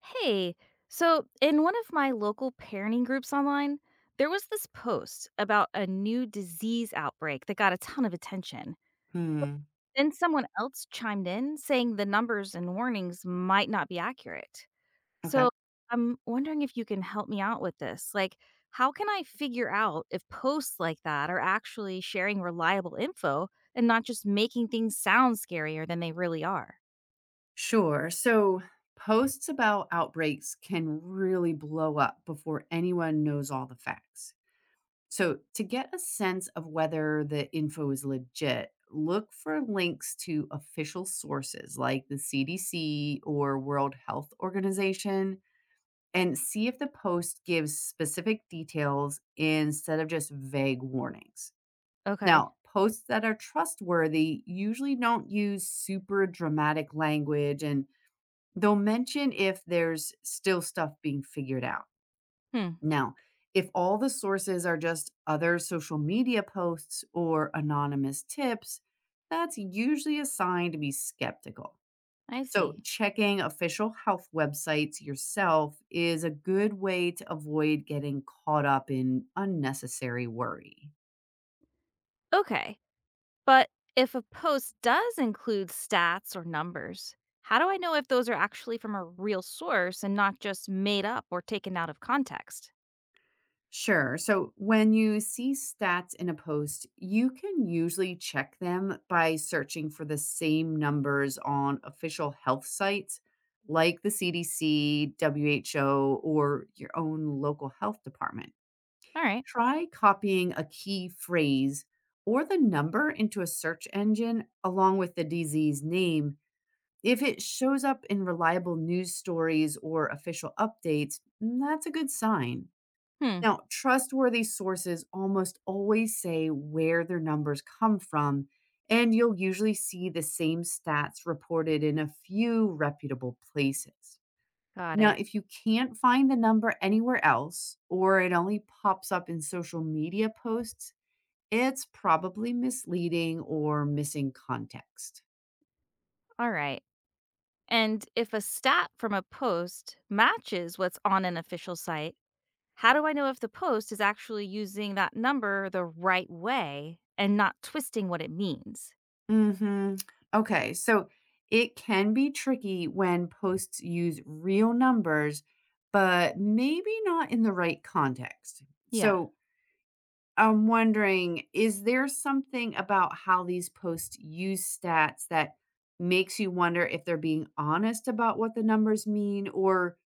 Hey, so in one of my local parenting groups online, there was this post about a new disease outbreak that got a ton of attention. Hmm. Then someone else chimed in saying the numbers and warnings might not be accurate. Okay. So I'm wondering if you can help me out with this. Like, how can I figure out if posts like that are actually sharing reliable info and not just making things sound scarier than they really are? Sure. So posts about outbreaks can really blow up before anyone knows all the facts. So to get a sense of whether the info is legit, look for links to official sources like the CDC or World Health Organization and see if the post gives specific details instead of just vague warnings. Okay. Now, posts that are trustworthy usually don't use super dramatic language and they'll mention if there's still stuff being figured out. Hmm, Now, if all the sources are just other social media posts or anonymous tips, that's usually a sign to be skeptical. I So, see. checking official health websites yourself is a good way to avoid getting caught up in unnecessary worry. Okay. But if a post does include stats or numbers, how do I know if those are actually from a real source and not just made up or taken out of context? Sure. So when you see stats in a post, you can usually check them by searching for the same numbers on official health sites like the CDC, WHO, or your own local health department. All right. Try copying a key phrase or the number into a search engine along with the disease name. If it shows up in reliable news stories or official updates, that's a good sign. Hmm. Now, trustworthy sources almost always say where their numbers come from, and you'll usually see the same stats reported in a few reputable places. Got Now, it. if you can't find the number anywhere else, or it only pops up in social media posts, it's probably misleading or missing context. All right. And if a stat from a post matches what's on an official site, how do I know if the post is actually using that number the right way and not twisting what it means? Mhm. Okay, so it can be tricky when posts use real numbers, but maybe not in the right context. Yeah. So I'm wondering, is there something about how these posts use stats that makes you wonder if they're being honest about what the numbers mean? Or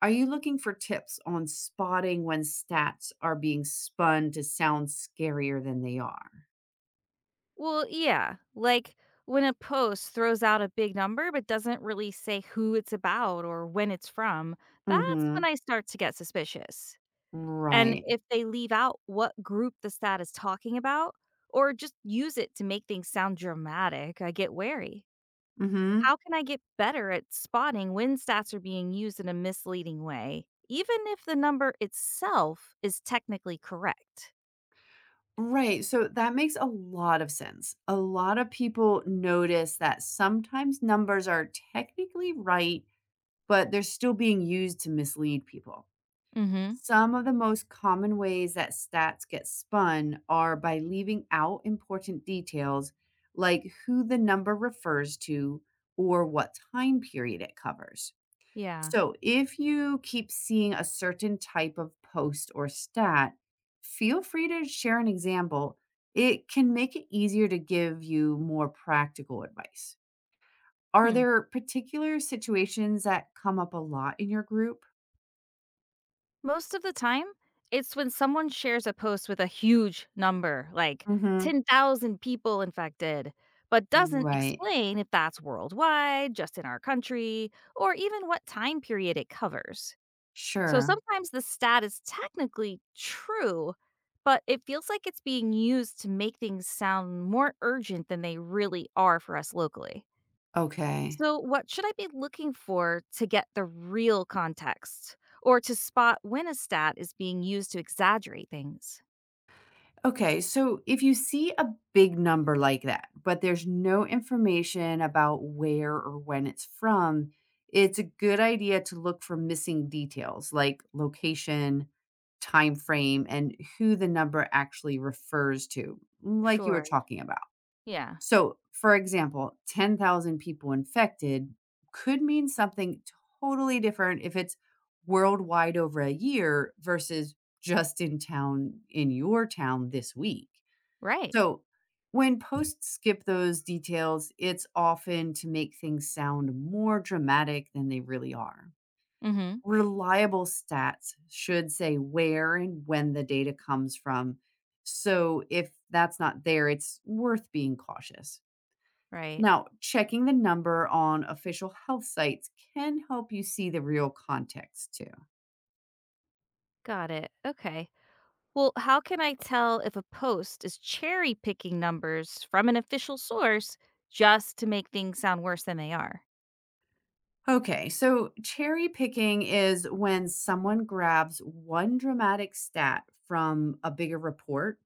are you looking for tips on spotting when stats are being spun to sound scarier than they are? Well, yeah. Like when a post throws out a big number but doesn't really say who it's about or when it's from, that's Mm-hmm. when I start to get suspicious. And Right. if they leave out what group the stat is talking about or just use it to make things sound dramatic, I get wary. Mm-hmm. How can I get better at spotting when stats are being used in a misleading way, even if the number itself is technically correct? Right, so that makes a lot of sense. A lot of people notice that sometimes numbers are technically right, but they're still being used to mislead people. Mm hmm. Some of the most common ways that stats get spun are by leaving out important details like who the number refers to or what time period it covers. Yeah. So, if you keep seeing a certain type of post or stat, feel free to share an example. It can make it easier to give you more practical advice. Are Hmm. there particular situations that come up a lot in your group? Most of the time, it's when someone shares a post with a huge number, like Hmm. 10,000 people infected, but doesn't Right. explain if that's worldwide, just in our country, or even what time period it covers. So Sure. sometimes the stat is technically true, but it feels like it's being used to make things sound more urgent than they really are for us locally. Okay. So, what should I be looking for to get the real context or to spot when a stat is being used to exaggerate things? Okay, so if you see a big number like that, but there's no information about where or when it's from, it's a good idea to look for missing details like location, time frame, and who the number actually refers to, like you were Sure. talking about. Yeah. So, for example, 10,000 people infected could mean something totally different if it's worldwide over a year versus in your town this week. Right. So, when posts skip those details, it's often to make things sound more dramatic than they really are. Mhm. Reliable stats should say where and when the data comes from. So, if that's not there, it's worth being cautious. Right. Now, checking the number on official health sites can help you see the real context too. Got it. Okay. Well, how can I tell if a post is cherry picking numbers from an official source just to make things sound worse than they are? Okay, so cherry picking is when someone grabs one dramatic stat from a bigger report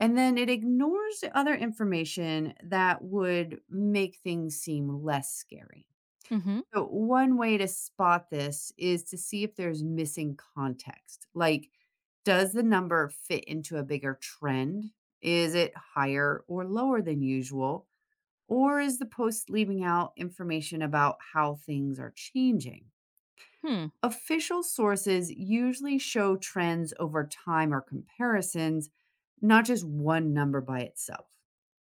and then it ignores the other information that would make things seem less scary. Mhm. So one way to spot this is to see if there's missing context. Like, does the number fit into a bigger trend? Is it higher or lower than usual? Or is the post leaving out information about how things are changing? Hmm. Official sources usually show trends over time or comparisons, not just one number by itself.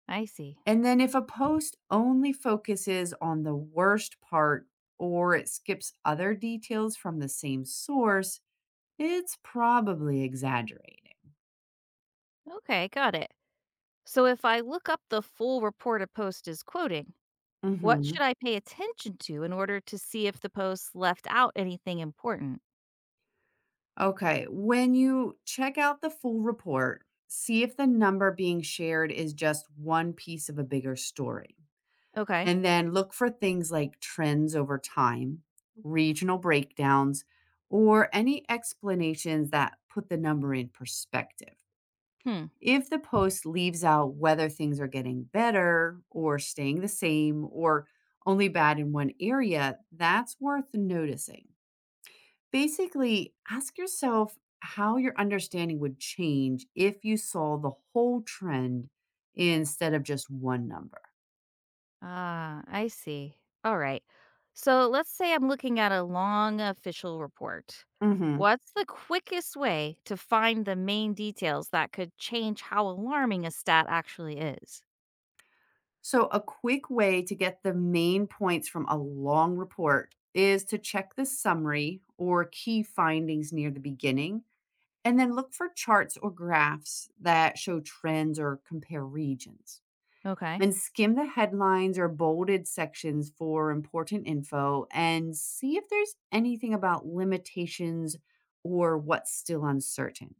I see. And then if a post only focuses on the worst part or it skips other details from the same source, it's probably exaggerating. Okay, got it. So if I look up the full report a post is quoting, what Hmm. should I pay attention to in order to see if the post left out anything important? Okay, when you check out the full report, see if the number being shared is just one piece of a bigger story. Okay. And then look for things like trends over time, regional breakdowns, or any explanations that put the number in perspective. Hmm. If the post leaves out whether things are getting better or staying the same or only bad in one area, that's worth noticing. Basically, ask yourself how your understanding would change if you saw the whole trend instead of just one number. Ah, I see. All right. So let's say I'm looking at a long official report. Mhm. What's the quickest way to find the main details that could change how alarming a stat actually is? So, a quick way to get the main points from a long report is to check the summary or key findings near the beginning. And then look for charts or graphs that show trends or compare regions. Okay. And skim the headlines or bolded sections for important info and see if there's anything about limitations or what's still uncertain.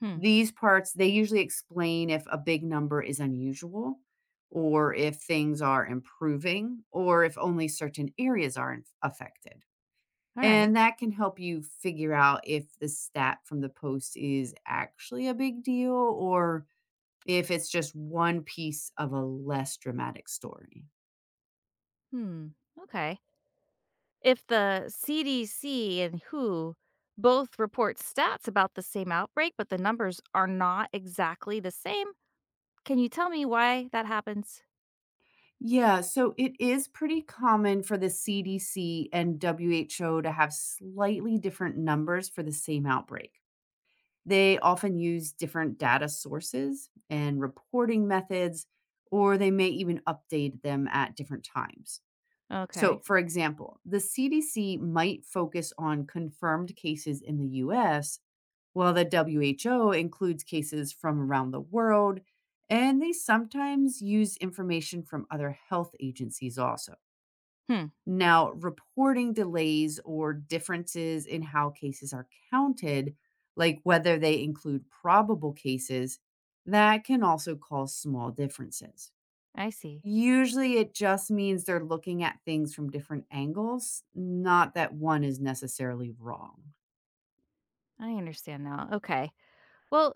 Hmm. These parts, they usually explain if a big number is unusual or if things are improving or if only certain areas are affected. All right. And that can help you figure out if the stat from the post is actually a big deal or if it's just one piece of a less dramatic story. Hmm. Okay. If the CDC and WHO both report stats about the same outbreak, but the numbers are not exactly the same, can you tell me why that happens? Yeah, so it is pretty common for the CDC and WHO to have slightly different numbers for the same outbreak. They often use different data sources and reporting methods, or they may even update them at different times. So, Okay. for example, the CDC might focus on confirmed cases in the US, while the WHO includes cases from around the world, and they sometimes use information from other health agencies also. Hmm. Now, reporting delays or differences in how cases are counted, like whether they include probable cases, that can also cause small differences. I see. Usually it just means they're looking at things from different angles, not that one is necessarily wrong. I understand now. Okay. Well,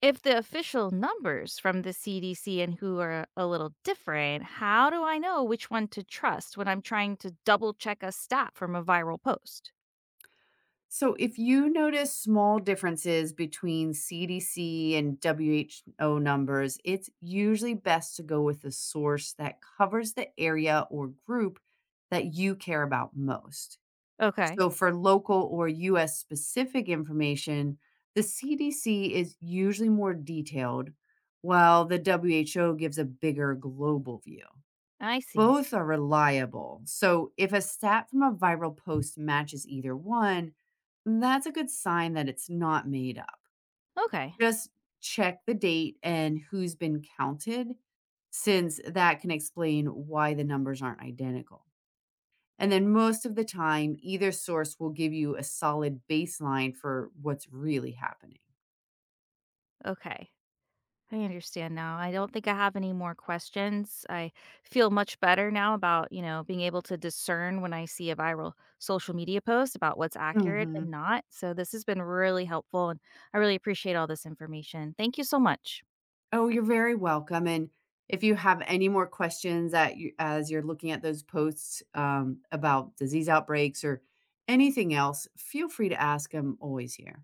if the official numbers from the CDC and WHO are a little different, how do I know which one to trust when I'm trying to double check a stat from a viral post? So if you notice small differences between CDC and WHO numbers, it's usually best to go with a source that covers the area or group that you care about most. Okay. So for local or US specific information, the CDC is usually more detailed, while the WHO gives a bigger global view. I see. Both are reliable. So if a stat from a viral post matches either one, that's a good sign that it's not made up. Okay. Just check the date and who's been counted, since that can explain why the numbers aren't identical. And then most of the time, either source will give you a solid baseline for what's really happening. Okay. I understand now. I don't think I have any more questions. I feel much better now about, being able to discern when I see a viral social media post about what's accurate and Mhm. not. So this has been really helpful and I really appreciate all this information. Thank you so much. Oh, you're very welcome. And if you have any more questions that you, as you're looking at those posts about disease outbreaks or anything else, feel free to ask. I'm always here.